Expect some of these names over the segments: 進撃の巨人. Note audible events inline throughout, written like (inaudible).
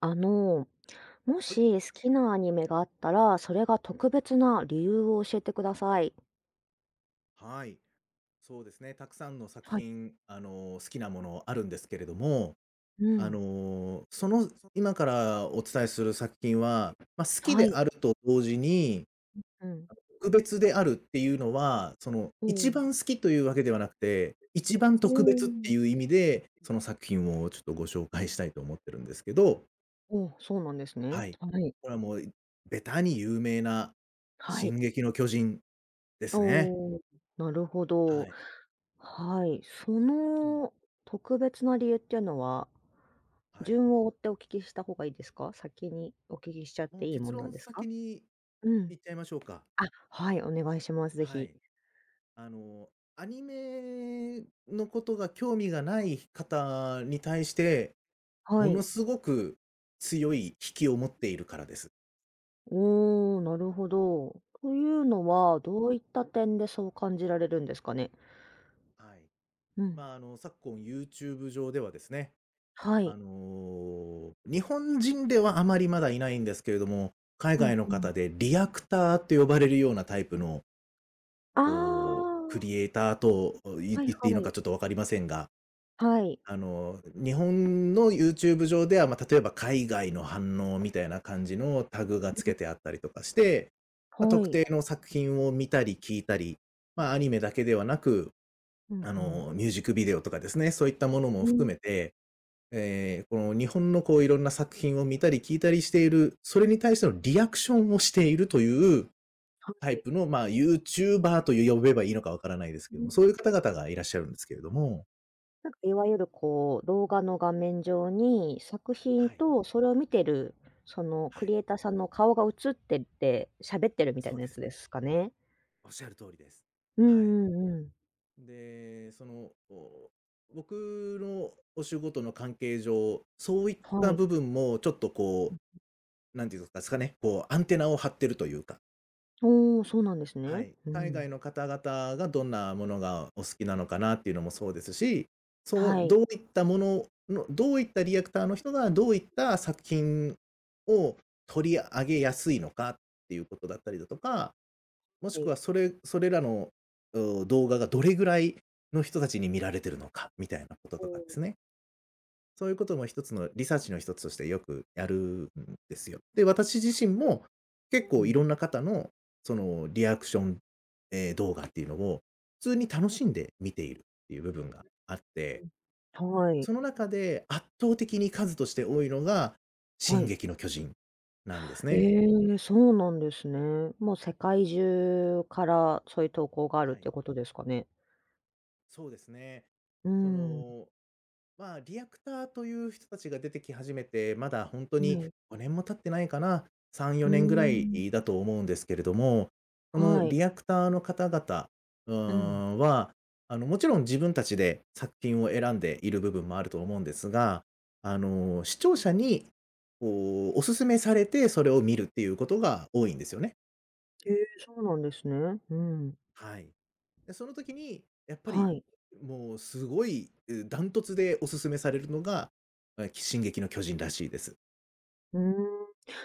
あの、もはい。し好きなアニメがあったら、それが特別な理由を教えてください。はい。そうですね。たくさんの作はい。品、好きなものあるんですけれども、うん。今からお伝えする作品は、まあ、好きはでい。あると同時に、うん。特別であるっていうのは、お一ーおー。番好きというわけではなくて、一番特別っていう意味で、その作品をちょっとご紹介したいと思ってるんですけど、そうなんですね。はい。はい。これはもう、ベタに有名なはい。進撃の巨人ですね。おお、なるほはど。い。はい。そうん。の特別な理由っていうのは、はい。順を追ってお聞きした方がいいですか？先にお聞きしちゃっもてういいも結んなん論ですか？先にうん。言っちゃいましょうか。あ、はい、お願いします、ぜはひ。い。あの、アニメのことが興味がない方に対して、はものい。すごく強い引きを持っているからです。おお、なるほど。というのはい。は、どういった点でそう感じられるんですかね？はい。うん。まあ、昨今 YouTube 上ではですね、はい。日本人ではあまりまだいないんですけれども、海う外ん、のうん。方でリアクターって呼ばれるようなタイプの、あこう、クあ、リエイターと言っはいていいはのい。かちょっとわかりませんが、はい。日本の YouTube 上では、まあ、例えば海外の反応みたいな感じのタグがつうん、けてあったりとかして、まあ、は特い。定の作品を見たり聞いたり、まあ、アニメだけではなく、うん、うん。ミュージックビデオとかですね、そういったものもう含ん、めて、この日本のこういろんな作品を見たり聞いたりしている、それに対してのリアクションをしているというはタイい。プの、まあ、ユーチューバーという呼べばいいのかわからないですうけども、ん。そういう方々がいらっしゃるんですけれども。なんかいわゆるこう、動画の画面上に、作品はい、とそれを見てる、そのクはリい、エイターさんの顔が映ってて、喋ってるみたいそうなでやつすでね。すかね？おっしゃる通りです。うはい。んうんうん。で、僕のお仕事の関係上、そういっはたい。部分もちょっとなんていうんですかね、こうアンテナを張ってるというか、おお、そうなんですはね。い。う海外ん。の方々がどんなものがお好きなのかなっていうのもそうですし、そう、はい。どういったものの、どういったリアクターの人がどういった作品を取り上げやすいのかっていうことだったりだとか、もしはくい。はそれらの、動画がどれぐらいの人たちに見られてるのかみたいなこととかですね。そういうことも一つのリサーチの一つとしてよくやるんですよ。で、私自身はい。も結う構いん。ろんな方のそのリアクション、動画っていうのを普通に楽しんで見ているっていう部分があって、うん。はい。その中で圧倒的に数として多いのがは進い。撃の巨人なんですね。ええ、そうなんですね。もう世界中からそういう投稿があるっはてい。いうことですかね？そうですね。うーそん。の、まあ、リアクターという人たちが出てき始めて、まだ本当はにい。5年も経ってないかな、3、うー4年ぐらいん。だと思うんですけれども、そのはい。リアクターの方々、うーうん。ん、は、もちろん自分たちで作品を選んでいる部分もあると思うんですが、視聴者にこう、お勧めされてそれを見るっていうことが多いんですよね。ええ、そうなんですね。うん。はい。で、その時に、やっぱはり、い。もうすごい、ダントツでお勧めされるのが、進撃の巨人らしいです。うーん。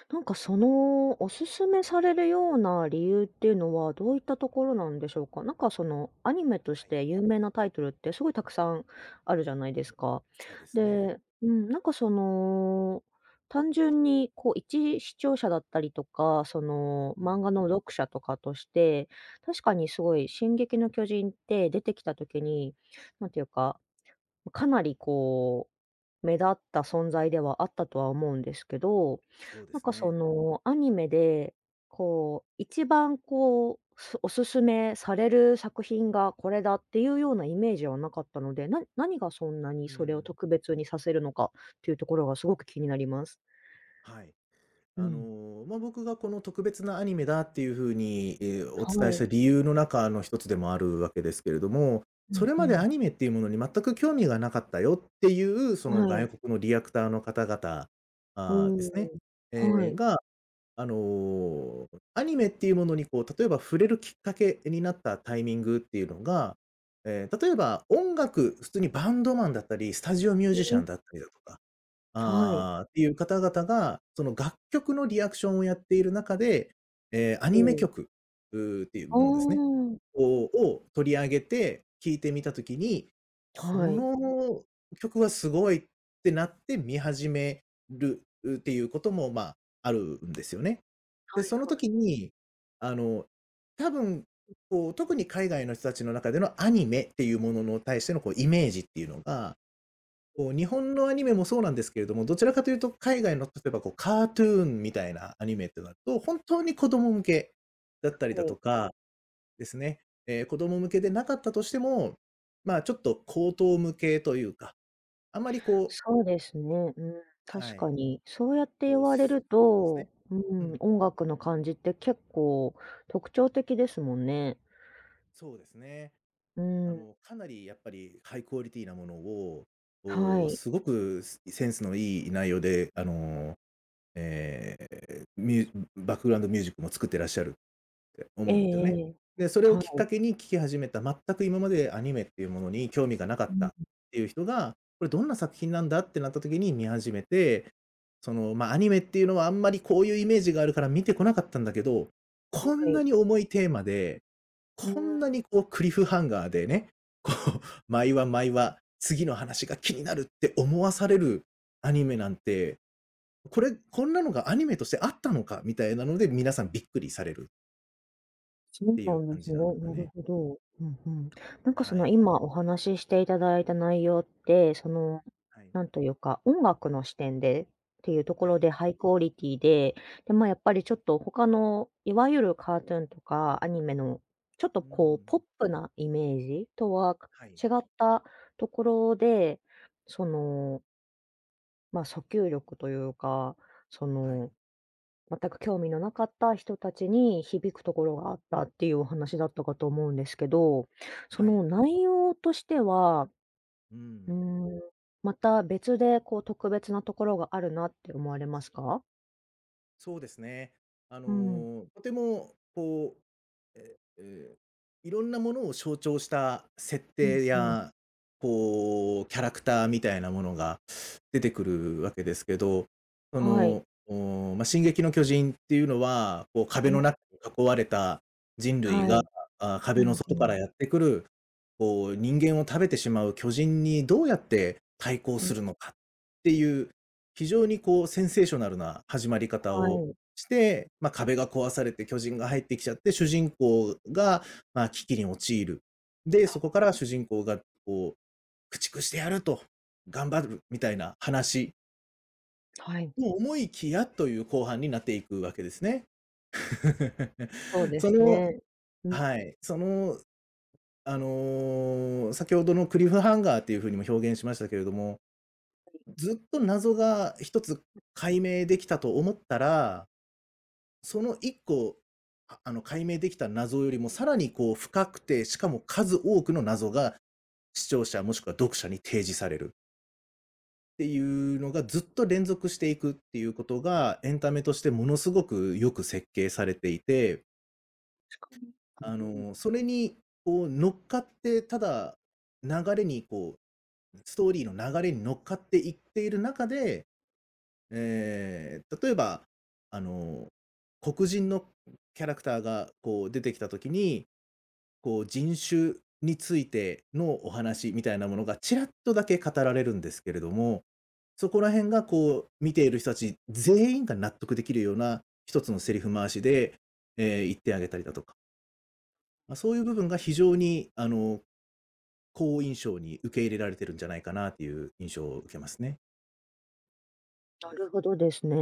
なんかその、お勧めされるような理由っていうのは、どういったところなんでしょうか？なんかその、アニメとしはい、て有名なタイトルってすごいたくさんあるじゃないですか。そうですね。で、うん、なんかその、単純にこう一視聴者だったりとか、その、う漫画ん、の読者とかとして、確かにすごい進撃の巨人って出てきた時に、なんていうかかなりこう、目立った存在ではあったとは思うんですけど、そうでなんすかそね。のアニメで、こう、一番こう、おすすめされる作品がこれだっていうようなイメージはなかったので、何がそんなにうそれをん、特別にさせるのかっていうところがすごく気になります。はい。うん。僕がこの特別なアニメだっていう風に、おは伝えしい。た理由の中の一つでもあるわけですけれども、うそんれうまでアん。ニメっていうものに全く興味がなかったよっていう、そのはい。外国のリアクターの方々、うああ、ですね、ーん。えはえ、い。があの、アニメっていうものにこう、例えば触れるきっかけになったタイミングっていうのが、例えば音楽、普通にバンドマンだったり、スタジオミューうジシャん。ンだったりだとか、はい。ああ、っていう方々が、その楽曲のリアクションをやっている中で、アうニメん。曲、っていうあものですね。あ。こうを取り上げて聴いてみた時に、はこい。の曲はすごいってなって見始めるっていうことも、まあ、あるんですよね。で、はいそのは時い。に、あの、多分、こう、特に海外の人たちの中でのアニメっていうものの対してのこうイメージっていうのが、こう日本のアニメもそうなんですけれども、どちらかというと海外の例えばこうカートゥーンみたいなアニメってなると、本当に子供向けだったりはだとい。か、ですね、子供向けでなかったとしても、まあ、ちょっと高等向けというか、あんまりこうそうですね。うん、確はかい、に。そうやってこ言う、われするそうですと、ね。ううん、ん、音楽の感じって結構特徴的ですもんね。そうですね。うん、かなりやっぱりハイクオリティなものを、はい。すごくセンスのいい内容で、えーミューバックグラウンドミュージックも作ってらっしゃる思ええうんですよね。ええ。で、それをはきっい。かけに聞き始めた、全く今までアニメっていうものに興味がなかうったん、っていう人が、これどんな作品なんだってなった時に見始めて、その、まあ、アニメっていうのはあんまりこういうイメージがあるから見てこなかったんだけど、はこんい。なに重いテーマで、うこんん。なにこうクリフハンガーでね、こう、毎話毎話、次の話が気になるって思わされるアニメなんて、これ、こんなのがアニメとしてあったのかみたいなので、皆さんびっくりされるっそうていなうんで感すじね。なんなでるすよね。ほど。うんうん。なんかそはのい。今お話ししていただいた内容って、その、はい。なんというか、音楽の視点でっていうとこはろい。でハイクオリティで、で、まあやっぱりちょっと他の、いわゆるカートゥーンとかアニメの、ちょっとうこう、ポッん、プなイメージとははい。違ったところで、その、まあ訴求力というか、そはの、い。全く興味のなかった人たちに響くところがあったっていうお話だったかと思うんですけど、そはのい。内容としては、ううーん、ん、また別でこう特別なところがあるなって思われますか？そうですね。うん。とてもう、え、え、いろんなものを象徴した設うん定うん。や、こう、キャラクターみたいなものが出てくるわけですけど、そはい。の、おお、ま進撃の巨人っていうのは、こう壁うのん。中に囲われた人類はが、い。あ、う壁のんう外かん。らやってくる、こう人間を食べてしまう巨人にどうやって対抗うすん、るのかっていう非常にこうセンセーショナルな始まり方はをい。して、まあ、壁が壊されて巨人が入ってきちゃって、主人公が、まあ、危機に陥る。で、そこから主人公がこう、駆逐してやると、頑張るみたいな話はい。と思いきやという後半になっていくわけですね。そう (laughs) でそすの、ね。うん。はい、その、先ほどのクリフハンガーっていう風にも表現しましたけれども、ずっと謎が一つ解明できたと思ったらその1個、解明できた謎よりもさらにこう深くて、しかも数多くの謎が視聴者もしくは読者に提示されるっていうのがずっと連続していくっていうことが、エンタメとしてものすごくよく設計されていて、うん、それにこう乗っかって、ただ流れにこう、ストーリーの流れに乗っかっていっている中で、例えば、あの、黒人のキャラクターがこう出てきた時にこう、人種についてのお話みたいなものがちらっとだけ語られるんですけれども、そこら辺がこう、見ている人たち全員が納得できるような一つのセリフ回しで、言ってあげたりだとか、まあ、そういう部分が非常に、好印象に受け入れられてるんじゃないかなっていう印象を受けますね。なるほどですね。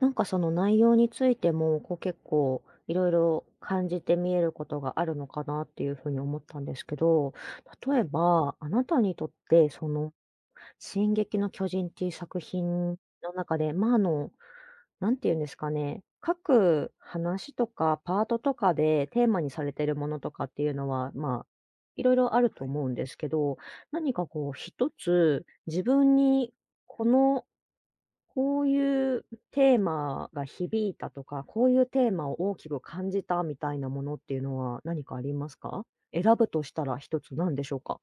なんかその内容についても、こう結構いろいろ感じて見えることがあるのかなっていうふうに思ったんですけど、例はえい。ば、あなたにとってその「進撃の巨人」っていう作品の中で、なんていうんですかね、各話とかパートとかでテーマにされてるものとかっていうのは、まあ、いろいろあるはとい。思うんですけど、何かこう一つ、自分にこのこういうテーマが響いたとか、こういうテーマを大きく感じたみたいなものっていうのは何かありますか？選ぶとしたら一つなんでしょうか？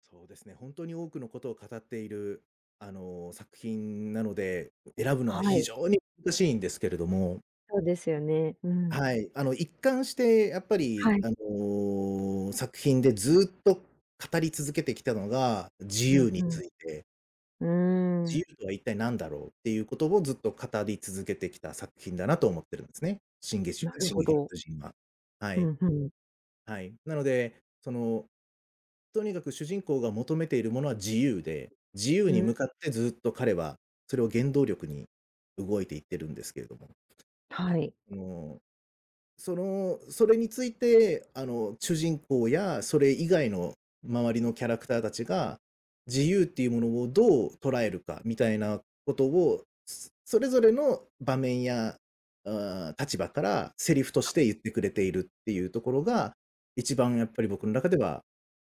そうですね。本当に多くのことを語っている、作品なので、選ぶのはは非い。常に難しいんですけれども、そうですよね。うん。はい、一貫してやっぱはり、い。作品でずっと語り続けてきたのが、自うん由うについて、ん。うー自ん、由とは一体何だろうっていうことをずっと語り続けてきた作品だなと思ってるんですね。なる進ほ撃のど。巨人は。はうい、んうん。はい。なので、その、とにかく主人公が求めているものは自由で、自由うにん、向かってずっと彼はそれを原動力に動いていってるんですけれども。はい。のその、それについて、主人公やそれ以外の周りのキャラクターたちが、自由っていうものをどう捉えるかみたいなことを、それぞれの場面や、立場からセリフとして言ってくれているっていうところが、一番やっぱり僕の中では、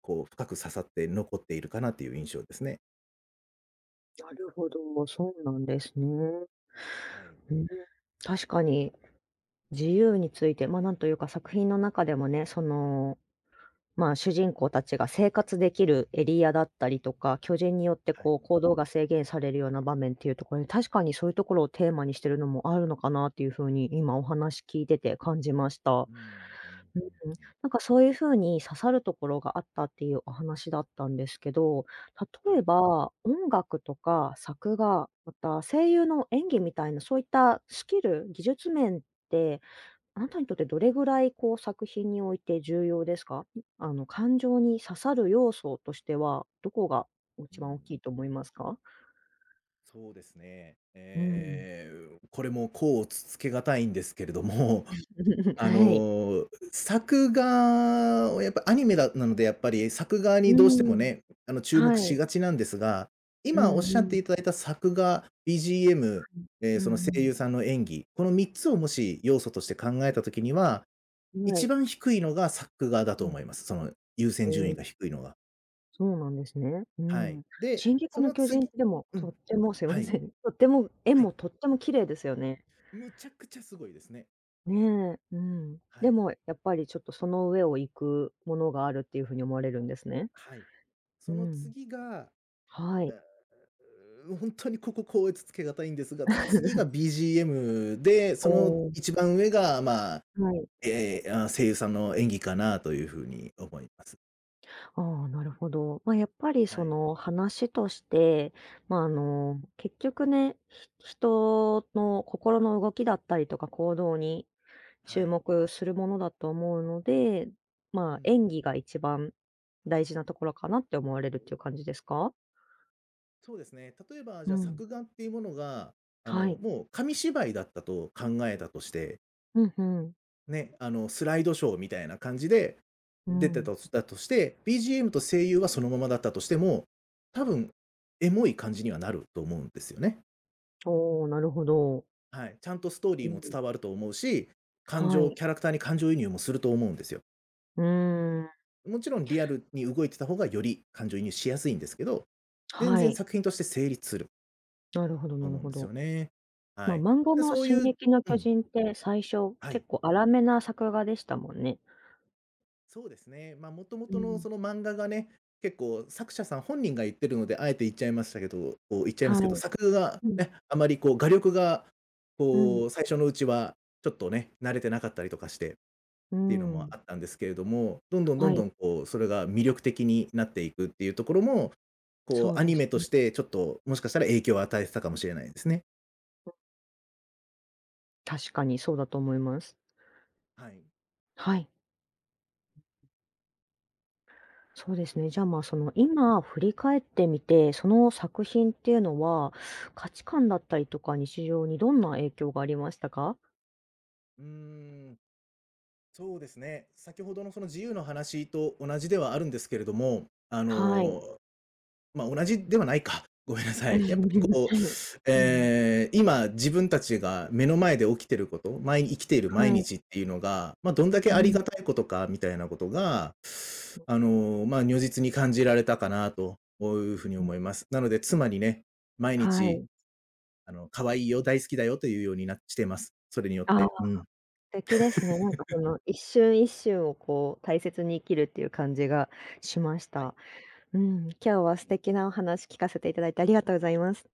こう、深く刺さって残っているかなっていう印象ですね。なるほど、そうなんですね。はい、うん、確かに自由について、なんというか作品の中でもね、主人公たちが生活できるエリアだったりとか、巨人によってはこうい。行動が制限されるような場面っていうところに、確かにそういうところをテーマにしてるのもあるのかなっていう風に、今お話聞いてて感じました。うん、うん、うん、うん。うなんかそういう風に刺さるところがあったっていうお話だったんですけど、ん。例はえい。ば、音楽とか作画、また声優の演技みたいなそういったスキル、技術面ってあなたにとってどれぐらいこう作品において重要ですか？感情に刺さる要素としては、どこがう一番大ん。きいと思いますか？そうですね。うん。これも甲をつつけがたいんですけれども、(laughs) (laughs) あはい。の、作画をやっぱアニメだなので、やっぱり作画うにどうしてもん。ね、注目はしい。がちなんですが、う今おんっしうゃってん。いただいた作画、BGM、うそん。のう声ん優さんの演技、この3つをもし要素として考えたときには、うん。は一い。番低いのが作画だうとん。思います。その優お先順位ー、が低いのが。そうなんですね。うはい。ん。で、進撃そのの巨人っ次てでも、うとん、ってもすいはまい、せん。とっても絵はもい。とっても綺麗ですよね。むちゃくちゃすごいですね。ねえ、うん。はでい。もやっぱりちょっとその上を行くものがあるっていう風に思われるんですね。はい。うそのん。次が、はあ、い。本当にここ高越つけがたいんですが、次が (laughs) BGM で、おそのー、一番上が、まあ、はい。声優さんの演技かなという風に思います。ああ、なるほど。まあ、やっぱりはそい。の話として、まあ、結局ね、人の心の動きだったりとか行動には注い。目するものだと思うので、うまあ、ん。演技が一番大事なところかなって思われるっていう感じですか？そうですね。例えば、じうゃあん。作画っていうものが、はい。もう紙芝居だったと考えたとして、うん、うん。ね、スライドショーみたいな感じでう出てん。たとだとして、BGM と声優はそのままだったとしても、多分、エモい感じにはなると思うんですよね。おお、なるほど。はい。ちゃんとストーうリーもん。伝わると思うし、感は情、い。キャラクターに感情移入もすると思うんですよ。うーん。もちろんリアルに動いてた方がより感情移入しやすいんですけど、全は然い。作品として成立するなるほどとなる思うんほですど。よね。まはあ、い。漫画でのそう進いう撃のう巨ん、人って最初、は結い。構荒めな作画でしたもんね。そうですね。まあ、もともうとのん。その漫画がね、結構作者さん本人が言ってるので、あえて言っちゃいましたけどこう言っちゃいまはすけど、い。作画がうん。ね、あまりこう画力が、うん。こう最初のうちはちょっとね、慣れてなかったりとかしてっうていうのもん。あったんですけれども、どんどんどはんどい。んこうそれが魅力的になっていくっていうところも、こそううアでニすメとね。してちょっともしかしたら影響を与えてたかもしれないですね。確かにそうだと思います。はい。はい。そうですね。じゃあ、うん。今振り返ってみて、その作品っていうのは、価値観だったりとか日常にどんな影響がありましたか？うーん。そうですね。先ほどのその自由の話と同じではあるんですけれども、はい。まあ、同じではないか。(laughs) ごめんなさい。やっぱり (laughs) こはう、い。(laughs) うん。今自分たちが目の前で起きてること、生きている毎はい。日っていうのが、まあ、どんだうけありん。がたいことかみたいなことが、まあ、如実に感じられたかなというふうにう思ん。います。なので妻にね、毎は日い。可愛いよ、大好きだよというようになしてます。それによっああ。て。うん。敵ですね。なんかその一瞬一瞬をこう大切に生きるっていう感じがしましはた。い。うん、今日は素敵なお話聞かせていただいてありがとうございます。